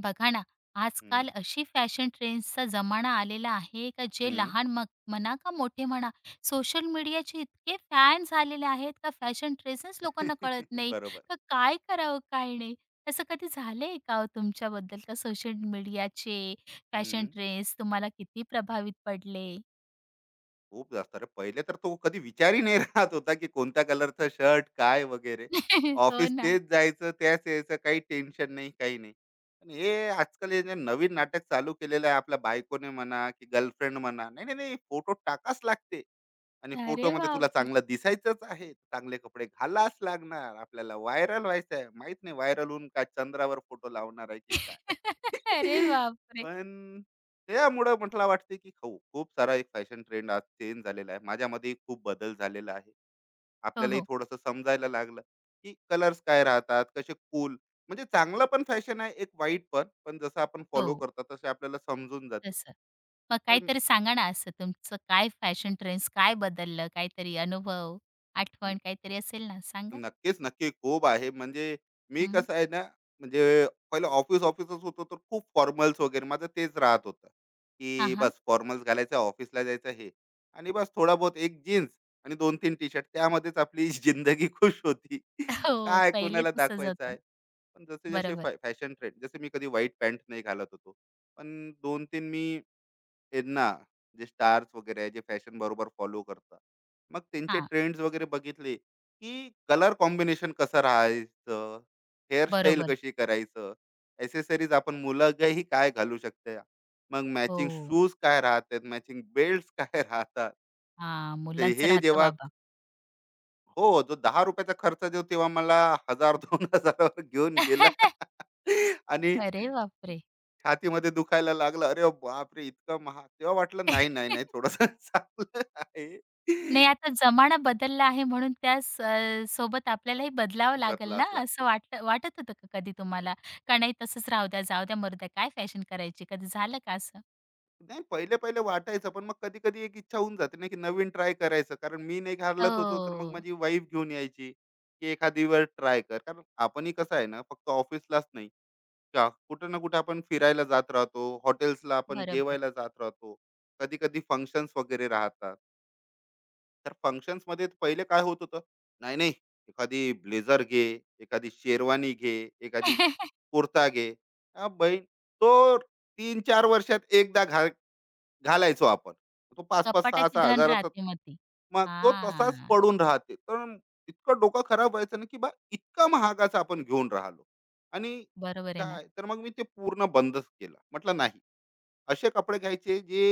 बघा ना, हं, आजकाल अशी फॅशन ट्रेंड्सचा जमाना आलेला आहे का जे हं. लहान मग म्हणा का मोठे म्हणा, सोशल मीडियाचे इतके फॅन झालेले आहेत का फॅशन ट्रेसच लोकांना कळत नाही, बरोबर. का काय करावं काय नाही? असं कधी झालंय का हो तुमच्याबद्दल का सोशल मीडियाचे फॅशन हं. ट्रेंड्स तुम्हाला किती प्रभावित पडले? खूप जास्त. अरे, पहिले तर तो कधी विचारही नाही राहत होता, की कोणत्या कलरचा शर्ट, काय वगैरे. हो ऑफिस ना. तेच जायचं, त्याच यायचं, काही टेन्शन नाही, काही नाही. पण हे आजकाल हे जे नवीन नाटक चालू केलेलं आहे आपल्या बायकोने म्हणा, की गर्लफ्रेंड म्हणा, "नाही, नाही, नाही, फोटो टाकाच लागते." आणि अरे फोटोमध्ये तुला बापरे! चांगलं दिसायचंच आहे, चांगले कपडे घालाच लागणार, आपल्याला व्हायरल व्हायचं आहे, माहित नाही व्हायरल होऊन काय चंद्रावर फोटो लावणार आहे की काय. अरे बापरे! पण त्यामुळं म्हटलं वाटते की हो, खूप सारा एक फॅशन ट्रेंड आज चेंज झालेला आहे, माझ्यामध्येही खूप बदल झालेला आहे. हो, आपल्यालाही हो. थोडंसं समजायला लागलं की कलर्स काय राहतात, कसे कूल. म्हणजे चांगलं पण फॅशन आहे, एक वाईट पण, जसं आपण हो. फॉलो करतात तसे आपल्याला समजून जाते. तसं. मग तर काहीतरी सांगा ना असं तुमचं काय फॅशन ट्रेंड्स काय बदललं? काहीतरी अनुभव, आठवण काहीतरी असेल ना सांगा? नक्कीच, नक्की. खूप आहे. म्हणजे मी हं. कसं आहे ना, म्हणजे पहिलं ऑफिसच होतो, तर खूप फॉर्मल्स वगैरे माझं तेच राहत होतं, हां, की हां. बस फॉर्मल्स घालायचं, ऑफिसला जायचं हे. आणि बस थोडा बहुत एक जीन्स आणि 2-3 टी-शर्ट त्यामध्येच आपली जिंदगी खुश होती. हो, काय पहिले कोणाला तसंच दाखवायचं होतं. आहे. पण जसे-जसे बरोबर. फॅशन ट्रेंड, जसे मी कधी व्हाईट पॅन्ट नाही घालत होतो. पण 2-3 मी त्यांना, जे स्टार्स वगैरे आहे जे फॅशन बरोबर फॉलो करतात, मग त्यांचे हां, ट्रेंड्स वगैरे बघितले की कलर कॉम्बिनेशन कसं राहायचं, हेअरस्टाईल बरोबर. कशी करायचं, ॲसेसरीज आपण मुलगही काय घालू शकते, मग मॅचिंग हो. शूज काय राहतात, मॅचिंग बेल्ट काय राहतात. हां, ते मुलांचं हे राहतं जेव्हा, बाबा. हो जो दहा रुपयाचा खर्च जो तेव्हा मला हजार दोन हजारावर घेऊन गेला. आणि अरे बापरे! छातीमध्ये दुखायला लागलं. अरे बापरे! इतकं महाग. तेव्हा वाटलं नाही, नाही, नाही, थोडंसं चांगलं आहे. नाही आता जमाना बदलला आहे म्हणून त्या स सोबत आपल्यालाही बदलावं लागेल ना बदलाच लागते. असं वाटत होतं का कधी तुम्हाला? का नाही तसंच राहू द्या, जाऊ द्या, मरू द्या, काय फॅशन करायची? कधी झालं का असं? नाही, पहिले-पहिले वाटायचं, पण मग कधी-कधी एक इच्छा होऊन जाते ना, की नवीन ट्राय करायचं. कारण मी नाही घालत होतो, तर मग हो. माझी वाईफ घेऊन यायची, की "एखादी वेळ ट्राय कर." कारण आपणही कसं आहे ना, फक्त ऑफिसलाच नाही, का कुठं ना कुठं आपण फिरायला जात राहतो, हॉटेल्सला आपण बरोबर. जेवायला जात राहतो, कधी-कधी फंक्शन्स वगैरे राहतात. तर functions मध्ये पहिले काय होत होतं, नाही नाही एखादी ब्लेझर घे, एखादी शेरवानी घे, एखादी कुर्ता घे, हा बहीण, तो तीन चार वर्षात एकदा घाल, घालायचो आपण तो पाच पाच सहा कपाटाची सहा धन हजाराचा. राहते मग ती. मग तो तसाच हां, पडून राहते, तर इतकं डोकं खराब व्हायचं ना, की बा इतका महागाचा आपण घेऊन राहिलो. आणि बरोबर आहे ना. काय, तर मग मी ते पूर्ण बंदच केलं, म्हटलं नाही, असे कपडे घ्यायचे जे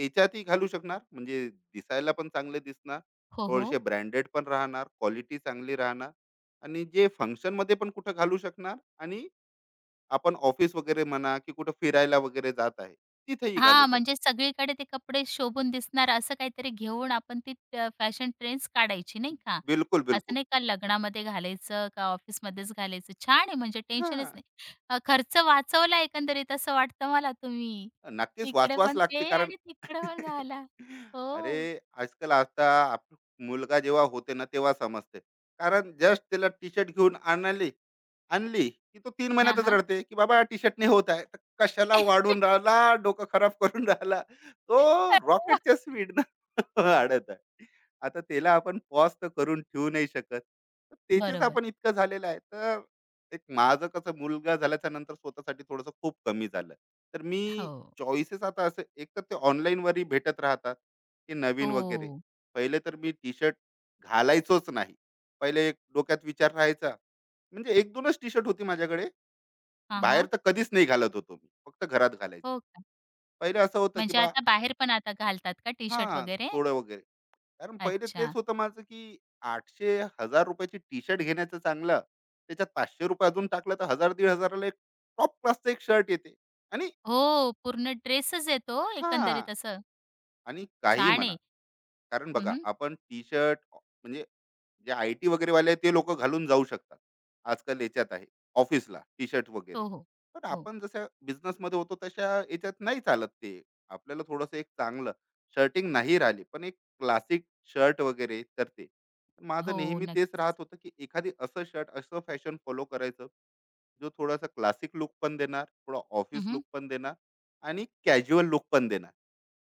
याच्यातही घालू शकणार, म्हणजे दिसायला पण चांगले दिसणार, हो, हो. थोडेसे ब्रँडेड पण राहणार, क्वालिटी चांगली राहणार, आणि जे फंक्शन मध्ये पण कुठं घालू शकणार, आणि आपण ऑफिस वगैरे म्हणा की कुठं फिरायला वगैरे जात आहे, तिथेही घालू हां, शकणार. म्हणजे सगळीकडे ते कपडे शोभून दिसणार असं काहीतरी घेऊन आपण ती फॅशन ट्रेंड्स काढायची नाही का? बिलकुल असं बिलकुल. नाही का लग्नामध्ये घालायचं का ऑफिसमध्येच घालायचं. छान आहे म्हणजे हा, टेन्शनच नाही. खर्च वाचवला एकंदरीत असं वाटतं मला तुम्ही. नक्कीच इकडे वाचवाच पण लागते ते कारण. आणि तिकडे पण घाला. अरे, हो. आजकाल आता, आप- मुलगा जेव्हा होते ना तेव्हा समजते, कारण जस्ट त्याला टी शर्ट घेऊन आणली, आणली की तो तीन हां, महिन्यातच हां. रडते की बाबा टी शर्ट नाही होत आहे, तर कशाला वाढून राहिला, डोकं खराब करून राहिला तो. रॉकेटच्या स्पीड ना वाढत आहे, आता त्याला आपण पॉज तर करून ठेवू नाही शकत, तर त्याचेच बरोबर. आपण इतकं झालेलं आहे तर. एक माझं कसं, मुलगा झाल्याच्या नंतर स्वतःसाठी थोडंसं खूप कमी झालं, तर मी हो. चॉईसेस आता, असं एक तर ते ऑनलाईनवरही भेटत राहतात की नवीन वगैरे. हो. पहिले तर मी टी-शर्ट घालायचोच नाही. पहिले एक डोक्यात विचार राहायचा. म्हणजे 1-2च टी-शर्ट होती माझ्याकडे. हां, बाहेर हां. तर कधीच नाही घालत होतो मी. फक्त घरात घालायचे. हो का? पहिले असं होतं की म्हणजे बा, आता बाहेर पण आता घालतात का टी-शर्ट हां, वगैरे? थोडं वगैरे. कारण पहिले तेच अच्छा. होतं माझं की 800-1000 ची टी-शर्ट घेण्याचं चांगलं. त्याच्यात ₹500 रुपये अजून टाकलं तर 1000-1500 ला एक टॉप क्लासचा एक शर्ट येते. आणि हो, पूर्ण ड्रेसच येतो हां, एकंदरीत असं. आणि काहीही छान म्हणा, आहे. कारण हं, बघा हं. आपण टी शर्ट म्हणजे, जे आय टी वगैरे वाले आहेत ते लोक घालून जाऊ शकतात, आजकाल याच्यात आहे ऑफिसला टी शर्ट वगैरे. हो, हो. पण हो. आपण जसं बिझनेसमध्ये होतो तशा याच्यात नाही चालत ते, आपल्याला थोडंसं एक चांगलं शर्टिंग नाही राहिली, पण एक क्लासिक शर्ट वगैरे तर ते. माझं हो, नेहमी तेच राहत नक्कीच. होतं की एखादी असं शर्ट असं फॅशन फॉलो करायचं, जो थोडासा क्लासिक लुक पण देणार, थोडा ऑफिस हं, लुक पण देणार, आणि कॅज्युअल लुक पण देणार.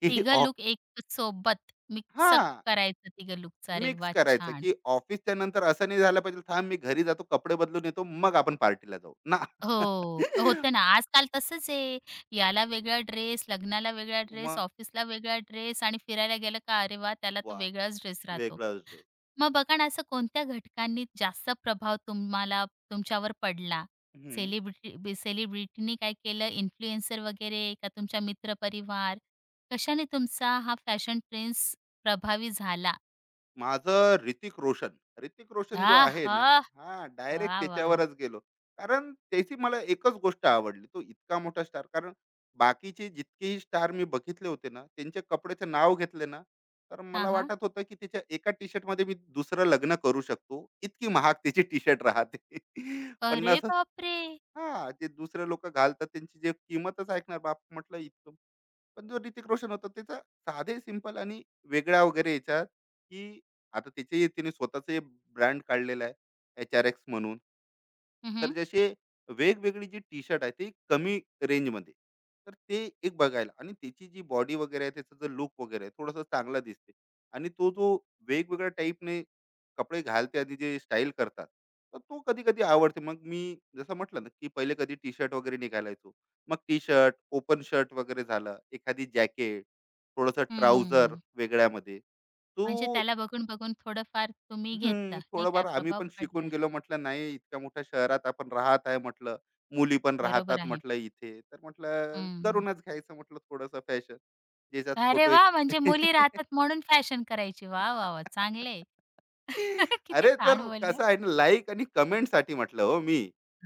की तिघं ऑफ लूक एक सोबत मिक्सअप हा, करायचं तिघं लूकचा. अरे मिक्स वा करायचं, छान. की ऑफिसच्या नंतर असं नाही झालं पाहिजे, थांब मी घरी जातो, कपडे बदलून येतो, मग आपण पार्टीला जाऊ. ना. हो, होतं ना. आजकाल तसंच आहे. याला वेगळा ड्रेस, लग्नाला वेगळा ड्रेस, मग ऑफिसला वेगळा ड्रेस आणि फिरायला गेलं का अरे वाह! त्याला तर वा! वेगळाच ड्रेस राहतो. वेगळाच ड्रेस. मग बघा ना, असं कोणत्या घटकांनी जास्त प्रभाव तुमच्यावर पडला? सेलिब्रिटीनी काय केलं, इन्फ्लुएन्सर वगैरे का तुमच्या मित्रपरिवार? कशाने तुमचा हा फॅशन ट्रेंड्स प्रभावी झाला? माझं ऋतिक रोशन. ऋतिक रोशन जो आहे आहा! ना, हां, डायरेक्ट वाह, वाह, वाह! त्याच्यावरच गेलो. कारण त्याची मला एकच गोष्ट आवडली. तो इतका मोठा स्टार, कारण बाकीचे जितकेही स्टार मी बघितले होते ना, त्यांच्या कपड्याचं नाव घेतले ना, तर हां, मला हां. वाटत होतं, की त्याच्या एका टी शर्टमध्ये मी दुसरं लग्न करू शकतो. इतकी महाग त्याची टी शर्ट राहते. अरे 50. बापरे! हां, जे दुसरे लोकं घालतात त्यांची जे किंमतच ऐकणार, बाप म्हटलं इतकं. पण जो ऋतिक रोशन होता त्याचा साधे सिंपल आणि वेगळ्या वगैरे, याच्यात की आता त्याचे तिने स्वतःच ब्रँड काढलेला आहे, एच आर एक्स म्हणून. हं, तर हं. जसे वेगवेगळी जी टी शर्ट आहे ती कमी रेंजमध्ये, तर ते एक बघायला, आणि त्याची जी बॉडी वगैरे आहे त्याचा जो लुक वगैरे आहे, थोडासा चांगला दिसते. आणि तो जो वेगवेगळ्या टाईपने कपडे घालते, आधी जे स्टाईल करतात, तर तो कधी कधी आवडते. मग मी जसं म्हटलं ना की पहिले कधी टी शर्ट वगैरे निघालायचो, मग टी शर्ट ओपन शर्ट वगैरे झालं, एखादी जॅकेट, थोडंसं ट्राउजर हं. वेगळ्यामध्ये तो. म्हणजे त्याला बघून-बघून थोडंफार तुम्ही हं, घेतलं, नाही का? थोडंफार आम्ही प्रभाव पण शिकून पडला. गेलो. म्हटलं नाही, इतक्या मोठ्या शहरात आपण राहत आहे म्हटलं. मुली पण राहतात बरोबर आहे. म्हटलं इथे. तर म्हटलं हं. करूनच घ्यायचं म्हटलं थोडंसं फॅशन. ज्याच्यात अरे फोटो एक. वाह! म्हणजे मुली राहतात म्हणून फॅशन करायची. वाह, वाह, वाह! चांगलं किती अरे, छान तर बोलल्या. कसं आहे ना, लाईक आणि कमेंटसाठी म्हटलं हो मी.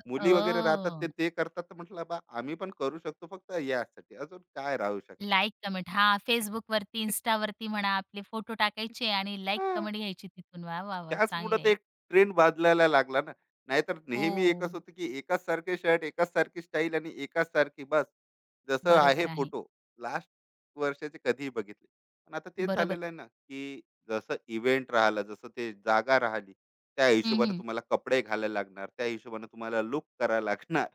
मुली वगैरे राहतात ते, हो. ते करतात, तर म्हटलं बा आम्ही पण करू शकतो फक्त यासाठी. अजून काय राहू शकते? Like, comment. हा, फेसबुक वरती, Facebookवरती, वरती म्हणा आपले फोटो टाकायचे आणि लाइक, हां. कमेंट घ्यायची तिथून. वाह, वाह, वाह! त्याचमुळं चांगले ते आहे. एक ट्रेंड बदलायला लागला ना. नाहीतर नेहमी हो, एकच होतं, की एकाच सारखे शर्ट, एकाच सारखी स्टाईल आणि एकाच सारखी बस. जसं आहे बरोबर आहे. फोटो, लास्ट वर्षाचे कधीही बघितले. पण आता तेच बरोबर. झालेलं आहे ना, की जसं इव्हेंट राहिला, जसं ते जागा राहिली, त्या हं, हिशोबाने हं. तुम्हाला कपडे घालायला लागणार, त्या हिशोबाने तुम्हाला लूक करायला लागणार,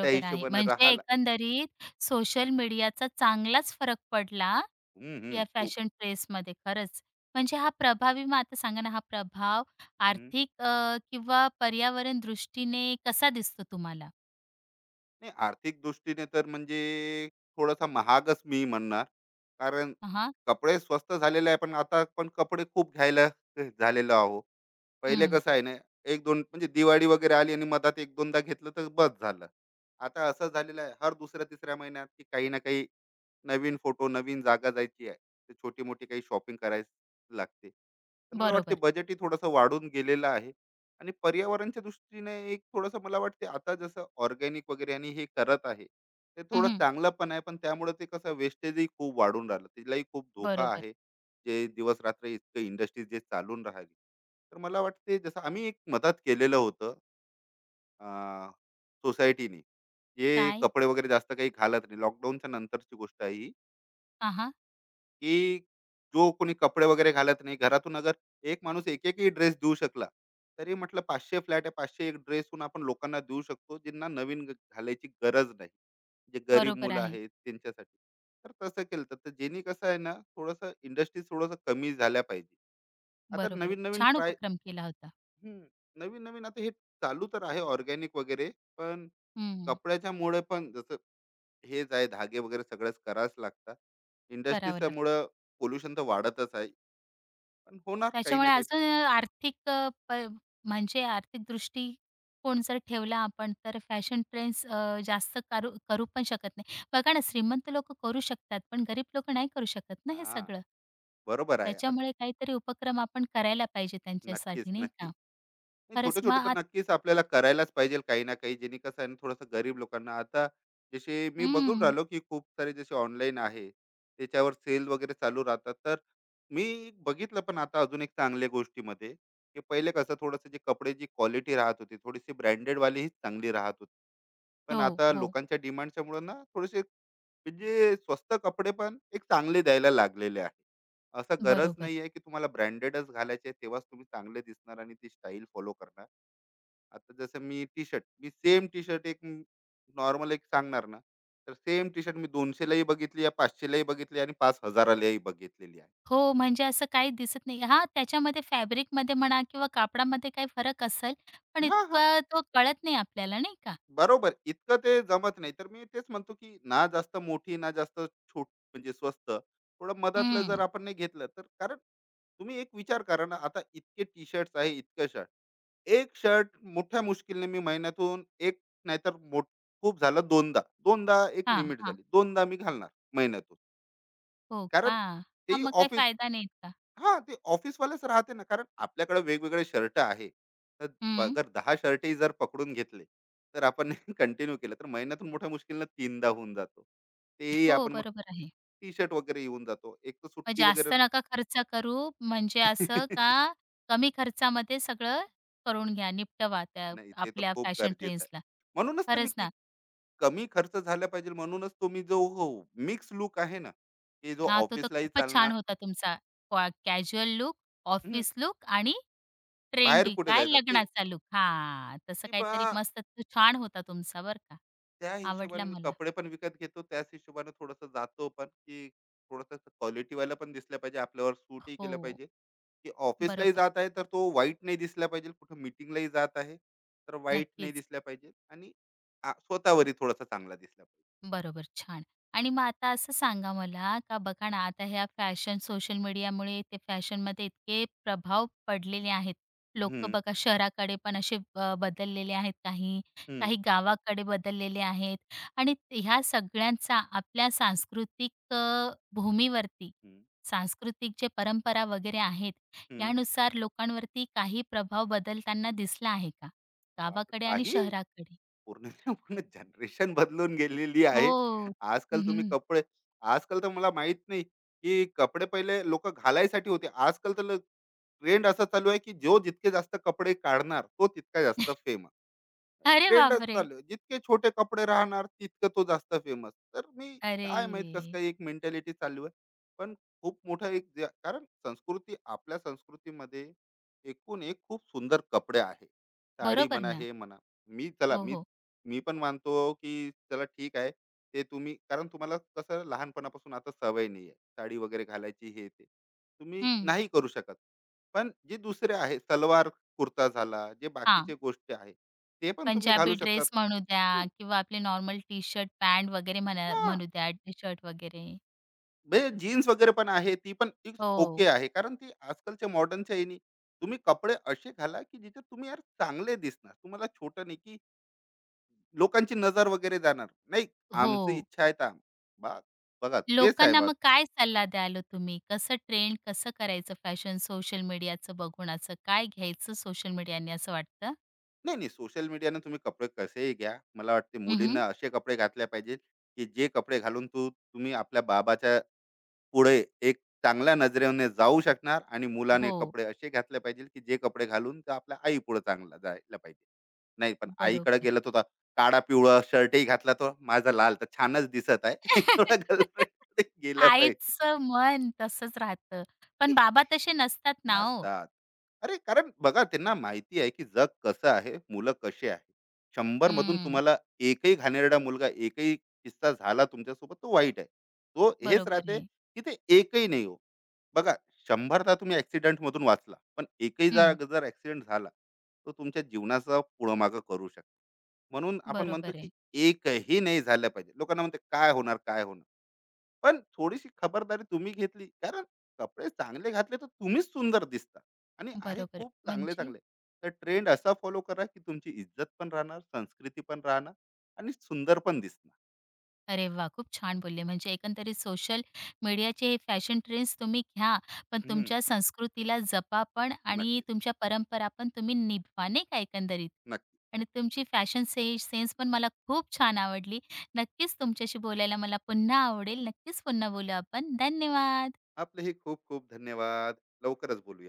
त्या आहे. हिशोबाने म्हणजे राहायला. एकंदरीत सोशल मीडियाचा चांगलाच फरक पडला हं, हं. या खूप. फॅशन ट्रेसमध्ये खरंच. म्हणजे हा प्रभावी मग आता सांगा ना, हा प्रभाव किंवा पर्यावरण दृष्टीने कसा दिसतो तुम्हाला? नाही, आर्थिक दृष्टीने तर म्हणजे थोडासा महागच मी म्हणणार. कारण हां. कपडे स्वस्त झालेले आहे, पण आता आपण कपडे खूप घ्यायला झालेलो आहोत. पहिले हं. कसं आहे ना, 1-2 म्हणजे दिवाळी वगैरे आली आणि मधात 1-2दा घेतलं तर बस झालं. आता असं झालेलं आहे हर दुसऱ्या-तिसऱ्या महिन्यात की काही ना काही नवीन फोटो, नवीन जागा जायची आहे, तर छोटी मोठी काही शॉपिंग करायला लागते, तर मला वाटते बरोबर. बजेटही थोडंसं वाढून गेलेलं आहे. आणि पर्यावरणच्या दृष्टीने एक थोडंसं मला वाटते, आता जसं ऑर्गॅनिक वगैरे आणि हे करत आहे, ते थोडं चांगलं पण आहे, पण त्यामुळे ते कसं वेस्टेजही खूप वाढून राहिलं, तिलाही खूप धोका बरोबर. आहे, जे दिवस रात्र इतकं इंडस्ट्री जे चालून राहिली. तर मला वाटते जसं आम्ही एक मदत केलेलं होतं सोसायटीने, जे काय? कपडे वगैरे जास्त काही घालत नाही, लॉकडाऊनच्या नंतरची गोष्ट आहे ही, हां, हां. की जो कोणी कपडे वगैरे घालत नाही घरातून, अगर एक माणूस एक एकही ड्रेस देऊ शकला तरी म्हटलं 500 फ्लॅट आहे, 500 एक ड्रेसून आपण लोकांना देऊ शकतो, ज्यांना नवीन घालायची गरज नाही, जे गरीब बरोबर मुलं आहे. आहेत त्यांच्यासाठी. तर तसं केलं तर, तर ज्यांनी कसं आहे ना, थोडंसं इंडस्ट्री थोडंसं कमी झाल्या पाहिजे. आता बरोबर आहे. नवीन नवीन छान ट्राय, उपक्रम केला होता. नवीन नवीन आता हे चालू तर आहे ऑर्गॅनिक वगैरे, पण हं. कपड्याच्या मुळे पण जसं हेच आहे, धागे वगैरे सगळंच करावंच लागतात. करावं लागतं. इंडस्ट्रीच्यामुळं पोल्युशन तर वाढतच आहे. पण होणार काही त्याच्यामुळे ना काही. अजून अ, आर्थिक अ, प म्हणजे आर्थिक दृष्टिकोन जर ठेवला आपण तर फॅशन ट्रेंड्स जास्त करू करू पण शकत नाही. बघा ना श्रीमंत लोकं करू शकतात, पण गरीब लोक नाही करू शकत ना हे हां, सगळं. बरोबर आहे. आता त्याच्यामुळे काहीतरी उपक्रम आपण करायला पाहिजे नक्कीच, त्यांच्यासाठी नाही नक्की. का? नाही, खरंच छोटं-छोटं मग तर आत नक्कीच आपल्याला करायलाच पाहिजे काही ना काही. जेणे कसं आहे ना, थोडंसं गरीब लोकांना आता. जसे मी हं. बघून राहिलो, की खूप सारे जसे ऑनलाईन आहे, त्याच्यावर सेल वगैरे चालू राहतात. तर मी बघितलं पण आता अजून एक चांगल्या गोष्टीमध्ये, की पहिले कसं थोडंसं जे कपड्याची क्वालिटी राहत होती, थोडीशी ब्रँडेडवालीच चांगली राहत होती. पण हो, आता हो. लोकांच्या डिमांडच्यामुळं ना, थोडेसे म्हणजे स्वस्त कपडे पण एक चांगले द्यायला लागलेले आहे. असं गरज बरोबर. नाही आहे की तुम्हाला ब्रँडेडच घालायचे आहे, तेव्हाच तुम्ही चांगले दिसणार आणि ती स्टाईल फॉलो करणार. आता जसं मी टी-शर्ट, मी सेम टी-शर्ट एक नॉर्मल एक सांगणार ना, तर सेम टी-शर्ट मी 200 लाही बघितली आहे, 500 लाही बघितली आणि 5,000 लाही बघितलेली आहे. हो, म्हणजे असं काही दिसत नाही. हां, त्याच्यामध्ये फॅब्रिकमध्ये म्हणा किंवा कापडामध्ये काही फरक असेल, पण हां, हां. इतका तो कळत नाही आपल्याला नाही का? बरोबर. इतकं ते जमत नाही. तर मी तेच म्हणतो की ना जास्त मोठी, ना जास्त छोट म्हणजे स्वस्त. थोडं मधातलं जर हं. आपण नाही घेतलं तर, कारण तुम्ही एक विचार करा ना, आता इतके टी-शर्ट्स आहे, इतकं शर्ट. एक शर्ट मोठ्या मुश्किलने मी महिन्यातून एक, नाहीतर मोठ खूप झालं दोनदा. दोनदा एक हां, लिमिट हां. झाली. दोनदा मी घालणार महिन्यातून. हो कारण का? हां, ते मग काही ऑफिस, फायदा नाही इतका. हां, ते ऑफिसवालेच राहते ना. कारण आपल्याकडे वेगवेगळे शर्ट आहे. तर हं. अगर दहा शर्टही जर पकडून घेतले, तर आपण कंटिन्यू केलं तर महिन्यातून मोठ्या मुश्किलनं 3दा होऊन जातो. तेही हो, आपण मग बरोबर आहे. टी-शर्ट वगैरे येऊन जातो. एक तर मग सुट्टी वगैरे. जास्त नका खर्च करू, म्हणजे असं का कमी खर्चामध्ये सगळं करून घ्या, निपटवा त्या नाही, ते तर आपल्या खूप फॅशन गरजेचं आहे. ट्रेंड्सला. म्हणूनच तर खरंच मी, ना. कमी खर्च झाला पाहिजे म्हणूनच तो मी जो हो, मिक्स लुक आहे ना, की जो हां, तो तर ऑफिसलाही खूपच छान चालणार. होता तुमचा कॅज्युअल लूक, हम्म, ऑफिस लूक आणि बाहेर ट्रेंडी कुठे काय जायचं ते, लग्नाचा लूक. हां, तसं की बा काहीतरी मस्त तो छान होता तुमचा बरं का. त्या आवडला हिशोबाने मी मला. कपडे पण विकत घेतो, त्याच हिशोबाने थोडस जातो पण, की थोडस क्वालिटी वाला पण दिसलं पाहिजे, आपल्यावर सूटही केलं हो, पाहिजे, की ऑफिसलाही बरोबर. जात आहे तर तो वाईट नाही दिसला पाहिजे, कुठं मिटिंगलाही जात आहे तर वाईट नाही नक्कीच. दिसला पाहिजे, आणि स्वतःवरही थोडासा चांगला दिसला पाहिजे. बरोबर, छान. आणि मग आता असं सांगा मला, का बघा ना, आता ह्या फॅशन सोशल मीडियामुळे ते फॅशनमध्ये इतके प्रभाव पडलेले आहेत. लोकं हम्म, बघा शहराकडे पण असे बदललेले आहेत काही, काही हम्म, गावाकडे बदललेले आहेत आणि ह्या सगळ्यांचा आपल्या भूमीवरती, हम्म, सांस्कृतिक जे परंपरा वगैरे आहेत, हम्म. यानुसार लोकांवरती काही प्रभाव बदलताना दिसला आहे का? बाप गावाकडे आणि काही, शहराकडे? पूर्णच्या पूर्ण जनरेशन बदलून गेलेली आहे. हो. आजकाल तुम्ही हं, कपडे, आजकाल तर मला माहीत नाही, की कपडे पहिले लोकं घालायसाठी होते. आजकाल तर ट्रेंड असा चालू आहे, की जो जितके जास्त कपडे काढणार, तो तितका जास्त फेमस. अरे ट्रेंडच बापरे! चालू आहे. जितके छोटे कपडे राहणार तितकं तो जास्त फेमस, तर मी अरे! काय माहित कस काय, एक मेंटॅलिटी चालू आहे. पण खूप मोठा एक जे, कारण संस्कृती, आपल्या संस्कृतीमध्ये एकूण एक खूप सुंदर कपडे आहे, साडी बरोबर म्हणा, ना. हे म्हणा. मी चला हो, मी हो. मी पण मानतो की चला ठीक आहे, ते तुम्ही, कारण तुम्हाला कसं लहानपणापासून आता सवय नाही आहे साडी वगैरे घालायची, हे ते तुम्ही हं. नाही करू शकत. पण जे दुसरे आहे, सलवार कुर्ता झाला, जे बाकीचे हां. गोष्टी आहे, ते पण तुम्ही घालू पंजाबी शकतात. ड्रेस म्हणू द्या हं, किंवा आपले नॉर्मल टी-शर्ट, पॅन्ट वगैरे म्हणा हां, म्हणू द्या, टी-शर्ट वगैरे. म्हणजे जीन्स वगैरे पण आहे, ती पण इट्स ओके हो. आहे. कारण ती आजकालच्या मॉडर्नच्या ह्यानी, तुम्ही कपडे असे घाला, की जिथे तुम्ही यार चांगले दिसणार. तुम्हाला छोटं नाही, की लोकांची नजर वगैरे जाणार. नाही, हो. आमची इच्छा आहे तर आम बा बघा तेच आहे लोकांना मग. मग काय सल्ला द्याल ओ तुम्ही? कसं ट्रेंड कसं करायचं फॅशन सोशल मीडियाचं बघून असं काय घ्यायचं सोशल मीडियाने असं वाटतं? नाही, नाही सोशल मीडियाने तुम्ही कपडे कसेही घ्या. मला वाटते हं, मुलींना असे कपडे घातले पाहिजे, की जे कपडे घालून तुम्ही आपल्या बाबाच्या पुढे एक चांगल्या नजरेने जाऊ शकणार, आणि मुलाने हो. कपडे असे घातले पाहिजे की जे कपडे घालून तर आपल्या आई पुढे चांगला जायला पाहिजे. नाही, पण आईकडे बरोबर. गेला तो काळा पिवळा शर्टही घातला तो माझा लाल तर छानच दिसत आहे. थोडा गर्लफ्रेंडकडे गेला पाहिजे. आईचं मन तसंच राहतं. पण बाबा तसे नसतात ना हो. नसतात. अरे, कारण बघा त्यांना माहिती आहे, की जग कसं आहे, मुलं कशी आहे. 100 मधून हं. तुम्हाला एकही घाणेरडा मुलगा, एकही किस्सा झाला तुमच्यासोबत तो वाईट आहे. तो हेच बरोबर राहते, आहे. की ते एकही नाही हो. बघा, 100दा तुम्ही ॲक्सिडेंटमधून वाचला, पण एकही हं. जाग जर ॲक्सिडेंट झाला, तो तुमच्या जीवनाचा पुढं-मागं करू शकतो. म्हणून आपण म्हणतो, बरोबर आहे, की एकही नाही झालं पाहिजे. लोकांना म्हणते, "काय होणार? काय होणार?" पण थोडीशी खबरदारी तुम्ही घेतली, कारण कपडे चांगले घातले तर तुम्हीच सुंदर दिसता. आणि आहे बरोबर आहे. खूप चांगले म्हणजे चांगले, तर ट्रेंड असा फॉलो करा की तुमची इज्जत पण राहणार, संस्कृती पण राहणार, आणि सुंदर पण दिसणार. अरे वाह! खूप छान बोलले. म्हणजे एकंदरीत सोशल मीडियाचे हे फॅशन ट्रेंड्स तुम्ही घ्या, पण हम्म, तुमच्या संस्कृतीला जपा पण आणि नक्कीच, तुमच्या परंपरा पण तुम्ही निभवा, नाही का एकंदरीत. नक्की. आणि तुमची फॅशन सेन्स पण मला खूप छान आवडली. नक्कीच तुमच्याशी बोलायला मला पुन्हा आवडेल. नक्कीच पुन्हा बोलू आपण. धन्यवाद. आपले हे खूप खूप धन्यवाद. लवकरच बोलूया.